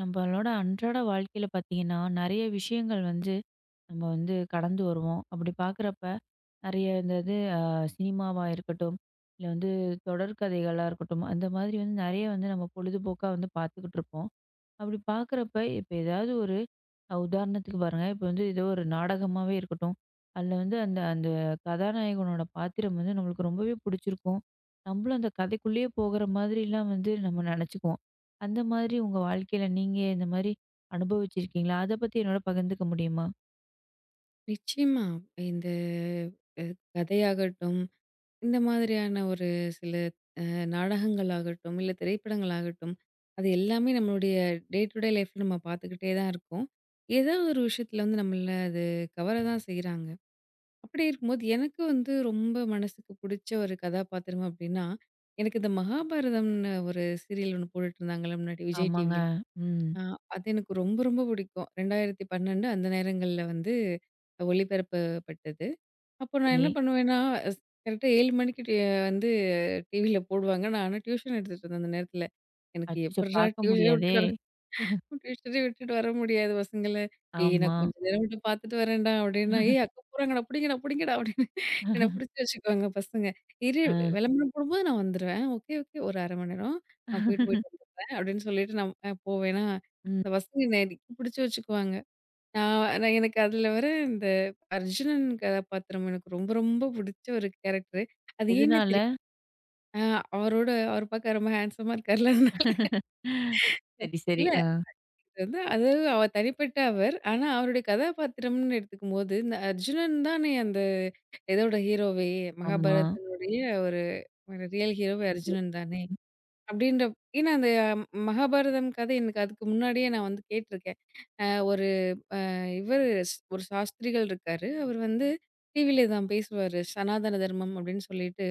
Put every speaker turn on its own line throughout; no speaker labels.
நம்மளோட அன்றாட வாழ்க்கையில பார்த்தீங்கன்னா, நெறைய விஷயங்கள் வந்து நம்ம வந்து கடந்து வருவோம். அப்படி பார்க்குறப்ப நெறைய இந்த இது சினிமாவா இருக்கட்டும், இல்ல வந்து தொடர் கதைகளா இருக்கட்டும், அந்த மாதிரி வந்து நெறைய வந்து நம்ம பொழுதுபோக்கா வந்து பார்த்துக்கிட்டுருப்போம். அப்படி பார்க்குறப்ப இப்ப ஏதாவது ஒரு உதாரணத்துக்கு பாருங்க, இப்ப வந்து ஏதோ ஒரு நாடகமாவே இருக்கட்டும். அதுல வந்து அந்த அந்த கதாநாயகனோட பாத்திரம் வந்து நம்மளுக்கு ரொம்பவே புடிச்சிருக்கும். நம்மளும் அந்த கதைக்குள்ளேயே போகிற மாதிரிலாம் வந்து நம்ம நெனச்சுக்குவோம். அந்த மாதிரி உங்க வாழ்க்கையில நீங்க இந்த மாரி அனுபவிச்சிருக்கீங்களா? அத பத்தி என்னோட பகிர்ந்துக்க முடியுமா?
நிச்சயமா. இந்த அ கதையாகட்டும், இந்த மாதிரியான ஒரு சில அ நாடகங்களாகட்டும், இல்ல திரைப்படங்களாகட்டும், அது எல்லாமே நம்மளுடைய டே டு டே லைஃப்ல நம்ம பார்த்துக்கிட்டே தான் இருக்கோம். ஏதாவது ஒரு விஷயத்துல வந்து நம்மள அது கவர தான் செய்றாங்க. அப்படி இருக்கும்போது எனக்கு வந்து ரொம்ப மனசுக்கு புடிச்ச ஒரு கதாபாத்திரம் அப்படின்னா, எனக்கு இந்த மகாபாரதம்னு ஒரு சீரியல் ஒண்ணு போட்டுட்டு இருந்தாங்கல்ல முன்னாடி விஜய்
ஆமாங்க.
டிவில.
ம்.
ஆ, அது எனக்கு ரொம்ப ரொம்ப பிடிக்கும். 2012 அந்த நேரங்கள்ல வந்து ஒளிபரப்பப்பட்டது. அப்போ நான்
சரி.
என்ன பண்ணுவேன்னா, ஸ் கரெக்ட்டா 7 மணிக்கு வந்து டிவில போடுவாங்க. நான் ஆனா டியூஷன் எடுத்துட்டு இருந்தேன் அந்த நேரத்துல. எனக்கு
அச்சச்சோ!
எப்புட்றா
பார்க்க
டியூஷனே
முடியாதே!
விட்டுட்டு டியூஷனே விட்டுட்டு வர முடியாது பசங்கள. "ஏய் நான்
ஆமா.
கொஞ்ச நேரம் மட்டும் பார்த்துட்டு வரேன்டா" அப்படின்னா, "ஏய் அக்கா போறாங்கடா, புடிங்கடா புடிங்கடா" அப்படின்னு என்ன புடிச்சு வச்சுக்குவாங்க பசங்க. "இரு
ஆ.
விளம்பரம் போடும்போது நான் வந்துருவேன். ஓகே ஓகே ஒரு 1/2 மணி நேரம். நான் போயிட்டு போயிட்டு வந்துடுறேன்" அப்படின்னு சொல்லிட்டு நான் போவேனா,
ம்.
இந்த பசங்க என்னை இறுக்கி புடிச்சு வச்சுக்குவாங்க. நான் நான் எனக்கு அதுல வர இந்த அர்ஜுனன் கதாபாத்திரம் எனக்கு ரொம்ப ரொம்ப புடிச்ச ஒரு கேரக்டரு. அது ஏன்னே
எதனால?
தெரியல. அ அவர பார்க்க ரொம்ப ஹேண்ட்ஸமா இருக்கார்ல. அதனால
சரி, சரி. ஆ.
வந்து அது அவ தனிப்பட்ட அவர். ஆனா, அவருடைய கதாபாத்திரம்னு எடுத்துக்கும்போது, இந்த அர்ஜுனன் தானே அந்த இதோட ஹீரோவே!
ஆமா.
மகாபாரதத்தினுடைய ஒரு ஒரு ரியல் ஹீரோவே
இது.
அர்ஜுனன் தானே! அப்டின்ற ஏன்னா அந்த மகாபாரதம் கதை எனக்கு அதுக்கு முன்னாடியே நான் வந்து கேட்டுருக்கேன். அ ஒரு இவரு ஒரு சாஸ்திரிகள் இருக்காரு. அவர் வந்து டிவில தான் பேசுவாரு. சனாதன தர்மம் அப்டின்னு சொல்லிட்டு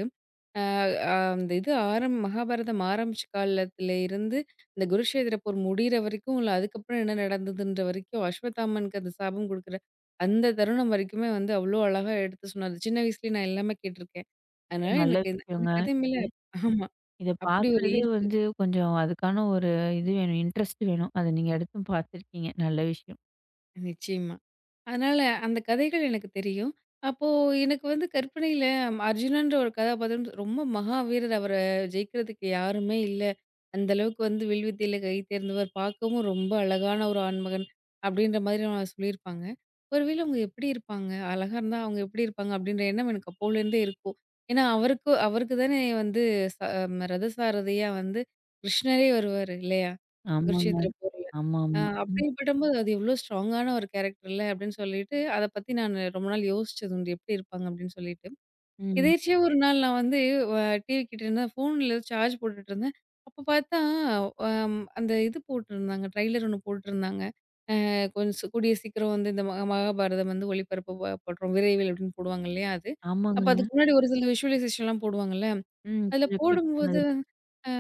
அந்த மகாபாரதம் ஆரம்பிச்ச காலத்துல இருந்து, இந்த குருஷேத்திர போர் முடியிற வரைக்கும், இல்ல அதுக்கப்புறம் என்ன நடந்ததுன்ற வரைக்கும், அஸ்வத்தாமனுக்கு அந்த சாபம் குடுக்குற அந்த தருணம் வரைக்குமே வந்து அவ்ளோ அழகா எடுத்து சொன்னாரு. சின்ன வயசுலயே நான் எல்லாமே கேட்டுருக்கேன். அதனால
நல்ல
எனக்கு இந்த அந்த
விஷயங்க.
கதை மேல ஆமா,
இத
அப்படி ஒரு
பார்க்குறதே
ஈர்ப்பு.
வந்து கொஞ்சம் அதுக்கான ஒரு இது வேணும், இன்ட்ரெஸ்ட் வேணும். அத நீங்க எடுத்தும் பார்த்துருக்கீங்க. நல்ல விஷயம்.
நிச்சயமா. அதனால அந்த கதைகள் எனக்கு தெரியும். அப்போ எனக்கு வந்து கற்பனையில அர்ஜுனன்ற ஒரு கதாபாத்திரம் ரொம்ப மகாவீரர். அவர ஜெயிக்கிறதுக்கு யாருமே இல்ல. அந்த அளவுக்கு வந்து வில்வித்தையில கை தேர்ந்தவர். பார்க்கவும் ரொம்ப அழகான ஒரு ஆண்மகன் அப்டின்ற மாதிரி நான் சொல்லியிருப்பாங்க. ஒருவேளை அவங்க எப்படி இருப்பாங்க? அழகா இருந்தா அவங்க எப்படி இருப்பாங்க? அப்டின்ற எண்ணம் எனக்கு அப்போலேருந்தே இருக்கும். ஏன்னா அவருக்கு அவருக்கு தானே வந்து ச ரதசாரதியா வந்து கிருஷ்ணரே வருவாரு இல்லையா?
ஆமாங்க.
குருட்சேத்திர போர்ல.
ஆமாமா. ம்.
அப்படிப்பட்டபோது அது எவ்வளோ ஸ்ட்ராங்கான ஒரு கேரக்டர்ல அப்படின்னு சொல்லிட்டு, அத பத்தி நானு ரொம்ப நாள் யோசிச்சது உண்டு. எப்படி இருப்பாங்க அப்படின்னு சொல்லிட்டு.
ம்.
எதேர்ச்சியா ஒரு நாள் நான் வந்து வ டிவி கிட்ட இருந்தேன். ஃபோன்ல சார்ஜ் போட்டுட்டுருந்தேன். அப்போ பார்த்தா அந்த போட்டுருந்தாங்க. ட்ரெய்லர் ஒண்ணு போட்டுருந்தாங்க. கொஞ்சம் கூடிய சீக்கிரம் வந்து இந்த மகாபாரதம் வந்து ஒளிபரப்பு படுறோம் விரைவில் அப்படின்னு போடுவாங்க இல்லையா அது. அப்ப
ஆமாங்க.
அதுக்கு முன்னாடி ஒரு சில விஷுவலைசேஷன்லாம் போடுவாங்கல்ல.
ம்.
அதில
கொஞ்சம் கிளிப்பு
போடும்போது
மாதிரி.
அ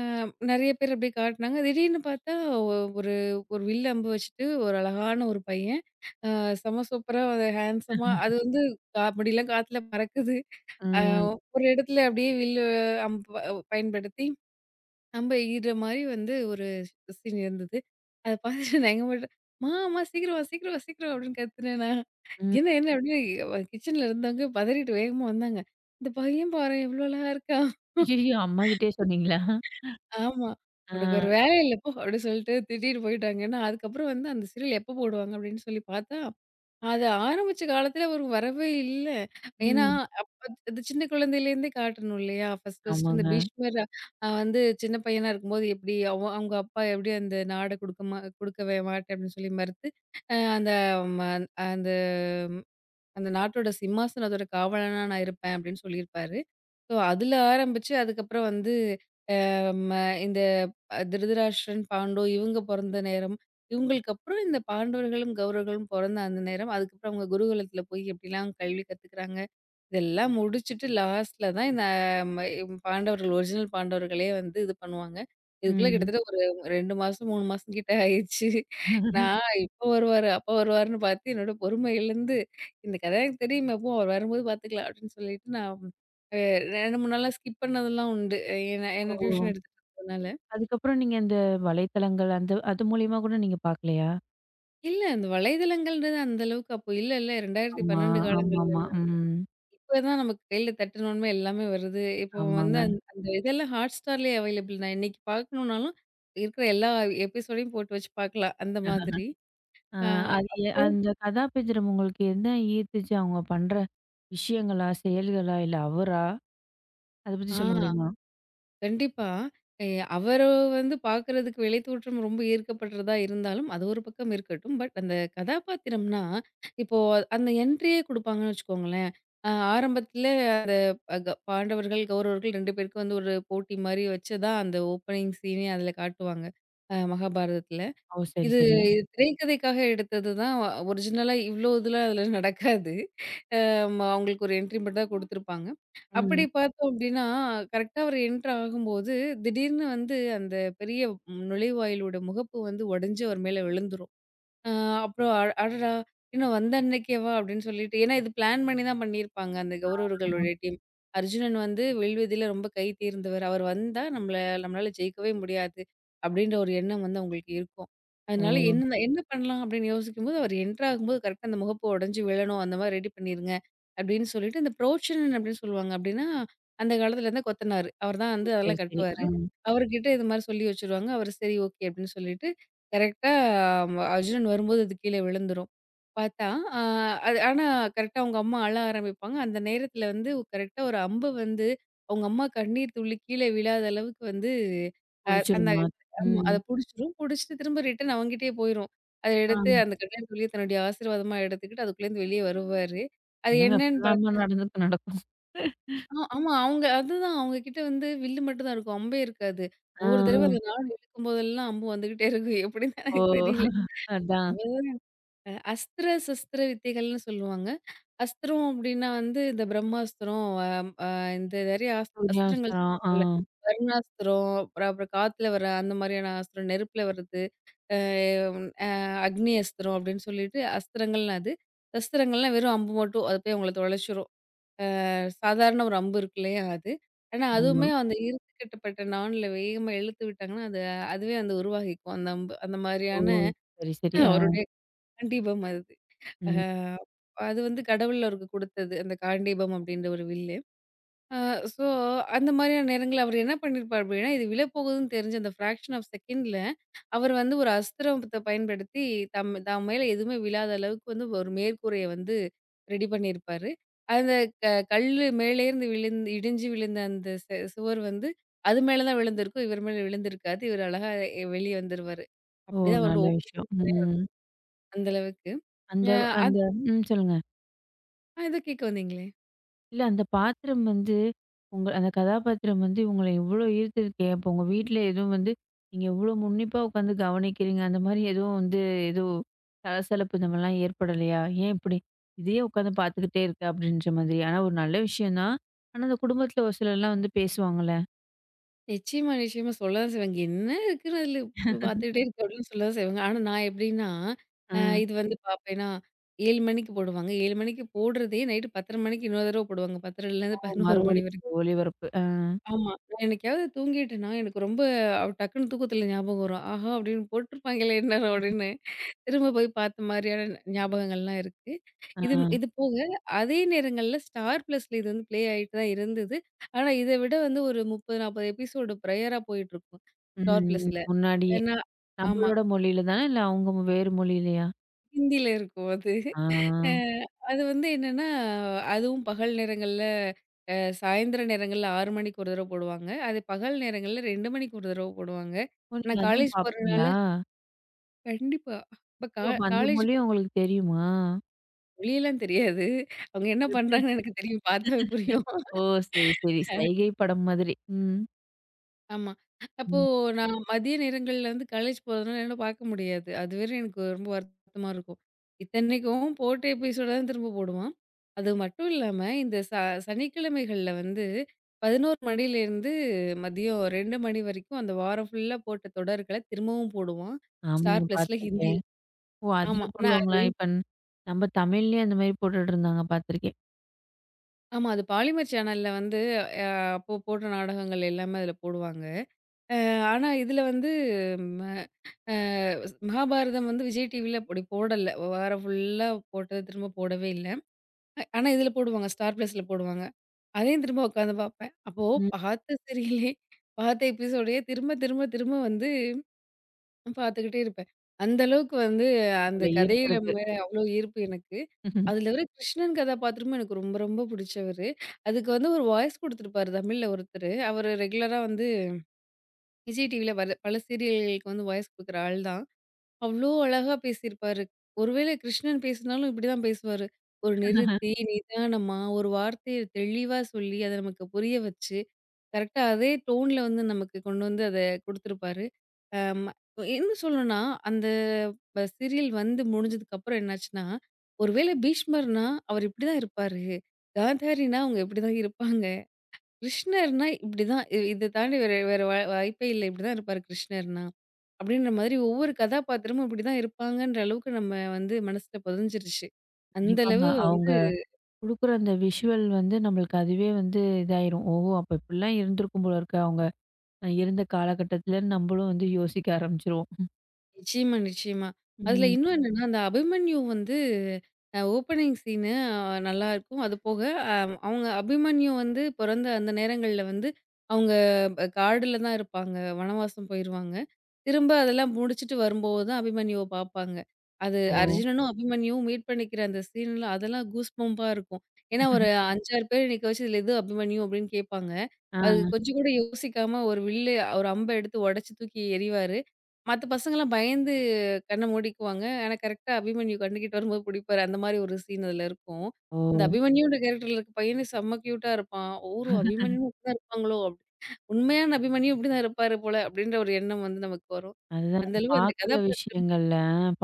நெறைய பேர் அப்படியே காட்டுனாங்க. திடீர்னு பார்த்தா ஒ ஒரு ஒரு வில் அம்பு வச்சுட்டு ஒரு அழகான ஒரு பையன். செம சூப்பரா ஒரு ஹேண்ட்ஸமா அது வந்து முடியெல்லாம் காத்துல பறக்குது. அ
ம்.
ஒரு இடத்துல அப்படியே வில்லு அம்பு பயன்படுத்தி அம்ப எய்யிற மாரி வந்து ஒரு சீன் இருந்தது. அத பார்த்துட்டு நான் எங்க அம்மாட்ட, "மா, அம்மா சீக்கிரம் வா, சீக்கிரம் வா, சீக்கிரம் வா" அப்படின்னு கத்துனேன் நான். "என்ன
ம்.
என்ன?" அப்படின்னு கிச்சன்ல இருந்தவங்க பதறிட்டு வேகமா வந்தாங்க. "இந்த பையன் பாரேன் எவ்வளோ அழகா இருக்கான்."
ஐயய்யோ! அம்மாகிட்டயே சொன்னீங்களா?
ஆமா.
ஆ.
"உனக்கு ஒரு வேலை இல்ல போ" அப்படி சொல்லிட்டு திட்டிட்டு போயிட்டாங்கன்னா, அதுக்கப்புறம் வந்து அந்த சீரியல் எப்ப போடுவாங்க அப்படின்னு சொல்லி பார்த்தா, அது ஆரம்பிச்ச காலத்துல ஒரு வரவே இல்ல. ஏன்னா,
ம்.
அப்ப அது சின்ன குழந்தையிலேருந்தே காட்டணும் இல்லையா? ஃபர்ஸ்ட் ஃபர்ஸ்ட் இந்த
ஆமாங்க.
பீஷ்மர் வந்து சின்ன பையனா இருக்கும்போது எப்படி அவங்க அப்பா எப்படி அந்த நாட குடுக்கவே மாட்டேன் அப்படின்னு சொல்லி மறுத்து, அ அந்த ம அந்த அந்த நாட்டோட சிம்மாசனத்தோட காவலனா நான் இருப்பேன் அப்படின்னு சொல்லியிருப்பாரு. ஸோ, அதுல ஆரம்பிச்சு அதுக்கப்புறம் வந்து ம திருதராஷ்டிரன், பாண்டு இவங்க பொறந்த நேரம். இவங்களுக்கு அப்புறம் இந்த பாண்டவர்களும், கௌரவர்களும் பொறந்த அந்த நேரம். அதுக்கப்புறம் அவங்க குருகுலத்தில போய் எப்படிலாம் கல்வி கத்துக்கிறாங்க. இதெல்லாம் முடிச்சுட்டு லாஸ்ட்ல தான் இந்த பாண்டவர்கள் ஒரிஜினல் பாண்டவர்களே வந்து இது பண்ணுவாங்க. இதுக்குள்ள
ம்.
கிட்டத்தட்ட ஒரு 2 மாசம், 3 மாசம் கிட்ட ஆயிருச்சு. நான் இப்ப வருவாரு, அப்ப வருவாருன்னு பார்த்து என்னோட பொறுமை இழந்து, இந்த கதை எனக்கு தெரியுமே போ அவர் வரும்போது பார்த்துக்கலாம் அப்படின்னு சொல்லிட்டு நான் அ 2, 3 நாளா ஸ்கிப் பண்ணதெல்லாம் உண்டு. ஏன்னா என்ன
ஓ!
டியூஷன் எடுத்துட்டு இருந்ததுனால.
அதுக்கப்புறம் நீங்க இந்த வலைத்தளங்கள் அந்த அது மூலியமா கூட நீங்க பார்க்கலையா?
இல்ல. அந்த வலைதளங்கள்ன்றது அந்த அளவுக்கு அப்போ இல்லல்ல.
ஆமா.
2012
ஆமாமா.
காலங்கள்ல.
ம்.
இப்ப தான் நமக்கு கையில தட்டுனோனமே எல்லாமே வருது. இப்போ வந்து
ஆமாங்க.
அந்த இதெல்லாம் Hotstarலயே அவைலபிள் தான். இன்னைக்கு பார்க்கணும்னாலும், இருக்கிற எல்லா எபிசோடையும் போட்டு வச்சு பார்க்கலாம். அந்த மாதிரி.
ஆ,
ஆ
அது அந்த கதாபாத்திரம் உங்களுக்கு என்ன ஈர்த்துச்சு? அவங்க பண்ற விஷயங்களா? செயல்களா? இல்ல அவரா? அத பத்தி
ஆ
சொல்ல முடியுமா?
கண்டிப்பா. எ அவரு வந்து பார்க்குறதுக்கு விலை தோற்றம் ரொம்ப ஈர்க்கப்படுறதா இருந்தாலும், அது ஒரு பக்கம் இருக்கட்டும். பட் அந்த கதாபாத்திரம்னா, இப்போ அந்த என்ட்ரியே குடுப்பாங்கன்னு வச்சுக்கோங்களேன். ஆரம்பத்தில அந்த பாண்டவர்கள், கௌரவர்கள் 2 பேருக்கும் வந்து ஒரு போட்டி மாரி வச்சு தான் அந்த ஓப்பனிங் சீனே அதில காட்டுவாங்க. மகாபாரதத்தில.
ஓ! சரி,
இது
சரி.
இது திரைக்கதைக்காக எடுத்தது தான், ஒரிஜினலா இவ்ளோ இதெல்லாம் அதில நடக்காது. அவங்களுக்கு ஒரு என்ட்ரி மட்டும் தான் குடுத்துருப்பாங்க. அப்படி
ம்.
பார்த்தோம் அப்படின்னா, கரெக்ட்டா அவர் என்டர் ஆகும்போது, திடீர்னு வந்து அந்த பெரிய நுழைவாயிலோட முகப்பு வந்து உடைஞ்சு அவர் மேல விழுந்துரும். ஆ அப்புறம் அடடா! இன்னும் வந்த அன்னைக்கேவா? அப்படின்னு சொல்லிட்டு ஏன்னா இது பிளான் பண்ணி தான் பண்ணியிருப்பாங்க, அந்த
ஆ.
கௌரவர்களுடைய டீம். அர்ஜுனன் வந்து வில்வித்தையில ரொம்ப கை தேர்ந்தவர். அவர் வந்தா நம்மளால ஜெயிக்கவே முடியாது, அப்படின்ற ஒரு எண்ணம் வந்து அவங்களுக்கு இருக்கும்.
ஓ!
அதனால என்ன என்ன பண்ணலாம் அப்படின்னு யோசிக்கும்போது, அவர் என்டர் ஆகும்போது கரெக்ட்டா அந்த முகப்பு உடைஞ்சு விழணும். அந்த மாரி ரெடி பண்ணிருங்க, அப்படின்னு சொல்லிட்டு இந்த புரோச்சனன் அப்படின்னு சொல்லுவாங்க. அப்படின்னா, அந்த காலத்துல இருந்த கொத்தனாரு. அவர் தான்
ஓ!
வந்து
சரி,
அதெல்லாம்
சரி.
கட்டுவாரு.
ஆ.
அவர்கிட்ட இது மாரி சொல்லி வச்சுருவாங்க. அவர் சரி ஓகே அப்படின்னு சொல்லிட்டு கரெக்ட்டா அர்ஜுனன் வரும்போது அது கீழ விழுந்துரும். பார்த்தா, அ அது ஆனா கரெக்ட்டா அவங்க அம்மா அழ ஆரம்பிப்பாங்க. அந்த நேரத்தில வந்து கரெக்ட்டா ஒரு அம்பு வந்து அவங்க அம்மா கண்ணீர் துள்ளி கீழ விழாத அளவுக்கு வந்து அ அந்த
புடிச்சிருமா?
ஆமா. அத
ம்.
புடிச்சிரும். புடிச்சிட்டு திரும்ப ரிட்டர்ன் அவங்கிட்டயே போயிரும். அத
ஆ.
எடுத்து அந்த கண்ணீர் துளிய தன்னுடைய ஆசீர்வாதமா எடுத்துக்கிட்டு அதுக்குள்ளேருந்து வெளிய வருவாரு. அது
என்னங்க
என்னன்னு
இப்படிலாமா நடந்துக்கு நடக்கும்?
ஆமா. அவங்க அதுதான் அவங்க கிட்ட வந்து வில்லு மட்டும் தான் இருக்கும். அம்பே இருக்காது.
ஆ,
ஒவ்வொரு தடவ
ஆ.
அந்த நாண் இழுக்கும்போதெல்லாம் அம்பு வந்துகிட்டே இருக்கும். எப்படின்னு
ஓ!
எனக்கு தெரியல.
அதான்.
அஸ்திர, சஸ்திர வித்தைகள்னு சொல்லுவாங்க. அஸ்திரம் அப்டின்னா வந்து இந்த பிரம்மாஸ்திரம், அ அ இந்த நெறைய அஸ்திரங்கள்
சூர்யாவஸ்திரம். ஆ.
சொல்லுவாங்கல்ல. வருணாஸ்திரம், அப்புறம் அப்புறம் காத்துல வர அந்த மாதிரியான அஸ்திரம், நெருப்புல வர்றது, அ அ அக்னி அஸ்திரம் அப்படின்னு சொல்லிட்டு அஸ்திரங்கள்லாம் அது. சஸ்திரங்கள்லாம் வெறும் அம்பு மட்டும். அது போய் உங்கள தொலைச்சிரும். அ சாதாரண ஒரு அம்பு இருக்கு இல்லையா அது. ஆனா
ஆமா.
அதுவுமே அந்த இறுத்து கட்டப்பட்ட நாண்ல வேகமா இழுத்து விட்டாங்கன்னா, அது அதுவே வந்து உருவாகிக்கும் அந்த அம்பு. அந்த
ஓ!
மாதிரியான
சரி, சரி. ஆ.
ஒரு டெக் தண்டீபம் அது. அ
ம்.
அது வந்து கடவுள் அவருக்கு குடுத்தது. அந்த காண்டீபம் அப்படின்ற ஒரு வில்லு. அ ஸோ அந்த மாதிரியான நேரங்கள்ல அவர் என்ன பண்ணியிருப்பார் அப்படின்னா, இது விழப்போகுதுன்னு தெரிஞ்ச அந்த ஃப்ராக்ஷன் ஆஃப் செகண்ட்ல அவர் வந்து ஒரு அஸ்திரத்தை பயன்படுத்தி தம் தம் மேல எதுவுமே விழாத அளவுக்கு வந்து ஒரு மேற்கூரைய வந்து ரெடி பண்ணியிருப்பாரு. அந்த க கல்லு மேலேருந்து விழுந்து இடிஞ்சு விழுந்த அந்த சுவர் வந்து அது மேல தான் விழுந்திருக்கும். இவர் மேல விழுந்திருக்காது. இவர் அழகா வெளிய வந்துருவாரு.
ஓ!
அப்படிதான் அவரோட
நல்ல விஷயம். ம்.
அந்த அளவுக்கு.
அந்த
அ அது
அந்த ம். சொல்லுங்க.
ஏதோ கேட்க வந்தீங்களா?
இல்ல அந்த பாத்திரம் வந்து, உங்க அந்த கதாபாத்திரம் வந்து உங்கள எவ்வளோ ஈர்த்திருக்கே! அப்போ உங்க வீட்ல எதுவும் வந்து, நீங்க எவ்வளோ உன்னிப்பா உட்காந்து கவனிக்கிறீங்க. அந்த மாரி எதுவும் வந்து எதுவும் சலசலப்பு இந்த மாரிலாம் ஏற்படலையா? "ஏன் இப்படி? இதையே உட்காந்து பார்த்துக்கிட்டே இருக்க." அப்படின்ற மாதிரி. ஆனா ஒரு நல்ல விஷயம் தான். ஆனா அந்த குடும்பத்தில ஒரு சிலர்லாம் வந்து பேசுவாங்கல்ல.
நிச்சயமா, நிச்சயமா. சொல்லதான் செய்வாங்க. "என்ன இருக்குன்னு அதுல பார்த்துக்கிட்டே இருக்கு" அப்படின்னு சொல்லதான் செய்வாங்க. ஆனா நான் எப்படின்னா,
ஆ.
இது வந்து பார்ப்பேன்னா, 7 மணிக்கு போடுவாங்க. 7 மணிக்கு போடுறதே நைட்டு 10:30 மணிக்கு இன்னொரு தடவ போடுவாங்க. 10:30லேருந்து
ஓ
11
மறுமொழி
மணி வரைக்கும்.
ஒளிபரப்பு. ஆ.
ஆமா. நான் என்னைக்காவது தூங்கிட்டேன்னா, எனக்கு ரொம்ப அவ டக்குன்னு தூக்கத்தில ஞாபகம் வரும். ஆஹா! அப்படின்னு போட்டுருப்பாங்களே எந்நேரம் அப்படின்னு, திரும்ப போய் பார்த்த மாரியான ஞாபகங்கள்லாம் இருக்கு. இது
ஆ.
இது போக அதே நேரங்கள்ல ஸ்டார் பிளஸ்ல இது வந்து ப்ளே ஆயிட்டு தான் இருந்தது. ஆனா, இத விட வந்து ஒரு 30, 40 எபிசோடு ப்ரையரா போயிட்டுருக்கும். ஸ்டார்
ம்.
பிளஸ்ல.
முன்னாடியே.
ஏன்னா ஆமா.
நம்மளோட மொழியில தானா? இல்ல அவங்க வேறு மொழியிலயா?
ஹிந்தில இருக்கும் அது.
ஆ.
அ அது வந்து என்னன்னா, அதுவும் பகல் நேரங்கள்ல அ சாயந்திர நேரங்கள்ல 6 மணிக்கு ஒரு தடவ போடுவாங்க. அது பகல் நேரங்கள்ல 2 மணிக்கு ஒரு தடவ போடுவாங்க.
ஓ! நீங்க
நான்
அதுவும்
காலேஜ் போறதுனால
பார்ப்பீங்களா?
கண்டிப்பா. அப்ப
ஓ! அப்ப அந்த
காலேஜ்
மொழியும் உங்களுக்கு தெரியுமா?
மொழியெல்லாம் தெரியாது. அவங்க என்ன
அப்புறம் எப்படி?
பண்றாங்கன்னு எனக்கு தெரியும். பார்த்தாவே புரியும்.
ஓ! சரி, சரி. சைகை படம் மாதிரி. ம்.
ஆமா. அப்போ
ம்.
நான் மதிய நேரங்கள்ல வந்து காலேஜ் போறதுனால என்னால பார்க்க முடியாது. அது வேற எனக்கு ரொம்ப வருத்தமா இருக்கும். இத்தனைக்கும் போட்ட எபிசோட தான் திரும்ப போடுவான். அது மட்டும் இல்லாம இந்த சனிக்கிழமைகள்ல வந்து 11 மணிலேருந்து மதியம் 2 மணி வரைக்கும் அந்த வாரம் ஃபுல்லா போட்ட தொடர்கள திரும்பவும் போடுவான். ஸ்டார்
ஆமாங்க
பிளஸ்ல ஹிந்தி.
பார்த்துருக்கேன். ஓ! அதுல
ஆமா. நான்
போடுவாங்களா?
அதையும்
இப்ப நம்ம தமிழ்லயே அந்த மாரி போட்டுட்டு இருந்தாங்க பார்த்துருக்கேன்.
ஆமா. அது பாலிமர் சேனல்ல வந்து அ அப்போ போட்ட நாடகங்கள் எல்லாமே அதுல போடுவாங்க. அ ஆனா இதுல வந்து அ மகாபாரதம் வந்து விஜய் டிவில அப்படி போடல. வாரம் ஃபுல்லா போட்டது திரும்ப போடவே இல்ல. ஆனா இதில போடுவாங்க. ஸ்டார் பிளஸ்ல போடுவாங்க. அதையும் திரும்ப உட்காந்து பார்ப்பேன். அப்போ
ம்.
பார்த்த சீரியலே பார்த்த எபிசோடயே திரும்ப, திரும்ப, திரும்ப வந்து பார்த்துக்கிட்டே இருப்பேன். அந்த அளவுக்கு வந்து அந்த
போல
கதையில
ஈர்த்திருக்கு.
மேல அவ்வளோ ஈர்ப்பு எனக்கு. அதில வர கிருஷ்ணன் கதாபாத்திரமும் எனக்கு ரொம்ப, ரொம்ப பிடிச்சவரு. அதுக்கு வந்து ஒரு வாய்ஸ் குடுத்துருப்பாரு தமிழ்ல ஒருத்தரு. அவரு ரெகுலரா வந்து விஜய் டிவில வர பல சீரியல்களுக்கு வந்து வாய்ஸ் குடுக்குற ஆள் தான். அவ்ளோ அழகா பேசியிருப்பாரு. ஒருவேளை கிருஷ்ணன் பேசினாலும் இப்படிதான் பேசுவாரு. ஒரு நிறுத்தி, நிதானமா, ஒரு வார்த்தைய தெளிவா சொல்லி, அத நமக்கு புரிய வச்சு, கரெக்ட்டா அதே டோன்ல வந்து நமக்கு கொண்டு வந்து அத குடுத்துருப்பாரு. அம் இன்னும் சொல்லணும்னா, அந்த சீரியல் வந்து முடிஞ்சதுக்கப்புறம் என்னாச்சுன்னா, ஒருவேளை பீஷ்மர்னா, அவர் இப்படிதான் இருப்பாரு. காந்தாரினா அவங்க இப்படிதான் இருப்பாங்க. கிருஷ்ணர்னா இப்படிதான். இத தாண்டி வேற வேற வாய்ப்பே இல்ல. இப்படிதான் இருப்பாரு கிருஷ்ணர்னா. அப்படின்ற மாதிரி ஒவ்வொரு கதாபாத்திரமும் இப்படிதான் இருப்பாங்கன்ற அளவுக்கு நம்ம வந்து மனசுல பதிஞ்சிருச்சு. அந்த
கண்டிப்பாங்க.
அளவு வந்து
அவங்க குடுக்குற அந்த விஷுவல் வந்து நம்மளுக்கு அதுவே வந்து இதாயிரும். ஓஹோ! அப்ப இப்படிலாம் இருந்திருக்கும் போல இருக்கு. அவங்க இருந்த காலகட்டத்திலன்னு நம்மளும் வந்து யோசிக்க ஆரம்பிச்சுருவோம்.
நிச்சயமா, நிச்சயமா. அதுல
ம்.
இன்னும் ம், என்னன்னா, அந்த அபிமன்யு வந்து ஓப்பனிங் சீனு நல்லாருக்கும். அது போக அ அவங்க அபிமன்யு வந்து பொறந்த அந்த நேரங்கள்ல வந்து அவங்க காடுல தான் இருப்பாங்க. வனவாசம் போயிருவாங்க. திரும்ப அதெல்லாம் முடிச்சுட்டு வரும்போது தான் அபிமன்யுவ பாப்பாங்க. அது
ஓ!
அர்ஜுனனும் அபிமன்யுவும் மீட் பண்ணிக்கிற அந்த சீன்லாம் அதெல்லாம் கூஸ் பம்பா இருக்கும். ஏன்னா ஒரு 5, 6 பேர் நிக்க வச்சு "இதுல எது அபிமன்யு?" அப்படின்னு கேட்பாங்க.
ஆ.
அது கொஞ்சம் கூட யோசிக்காம ஒரு வில்லு ஒரு அம்ப எடுத்து உடைச்சு தூக்கி எறிவாரு. மத்த பசங்கலாம் பயந்து கண்ண மூடிக்குவாங்க. ஆனா கரெக்ட்டா அபிமன்யு கண்ணுக்கிட்ட வரும்போது புடிப்பாரு. அந்த மாரி ஒரு சீன் அதுல இருக்கும்.
ஓ!
அந்த அபிமன்யுன்ற கேரக்டர்ல இருக்க பையனே செம்ம கியூட்டா இருப்பான். "ஓ! அபிமன்யுவும் இப்படிதான் இருப்பாங்களோ! உண்மையான அபிமன்யும் இப்படிதான் இருப்பாரு போல" அப்படின்ற ஒரு எண்ணம் வந்து நமக்கு வரும்.
அதுதான்
அந்த
நம்ம
அளவு அந்த
பார்க்குற
கதாபாத்திரம்
விஷயங்கள்ல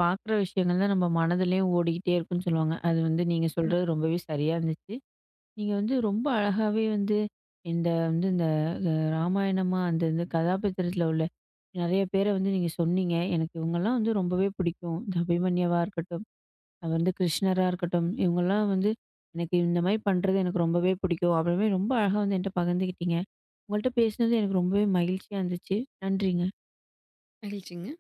பார்க்குற விஷயங்கள் தான் நம்ம மனதிலயும் ஓடிக்கிட்டே இருக்குன்னு சொல்லுவாங்க. அது வந்து நீங்க சொல்றது ரொம்பவே சரியா இருந்துச்சு. நீங்க வந்து ரொம்ப அழகாவே வந்து இந்த ராமாயணமா அந்த இந்த கதாபாத்திரத்தில உள்ள நெறைய பேர வந்து நீங்க சொன்னீங்க. எனக்கு இவங்கலாம் வந்து ரொம்பவே பிடிக்கும். இந்த அபிமன்யவா இருக்கட்டும், அது வந்து கிருஷ்ணரா இருக்கட்டும், இவங்கலாம் வந்து எனக்கு இந்த மாரி பண்றது எனக்கு ரொம்பவே பிடிக்கும். அப்புறமே ரொம்ப அழகா வந்து என்ட்ட பகிர்ந்துக்கிட்டீங்க. உங்கள்ட்ட பேசினது எனக்கு ரொம்பவே மகிழ்ச்சியா இருந்துச்சு. நன்றிங்க.
மகிழ்ச்சிங்க.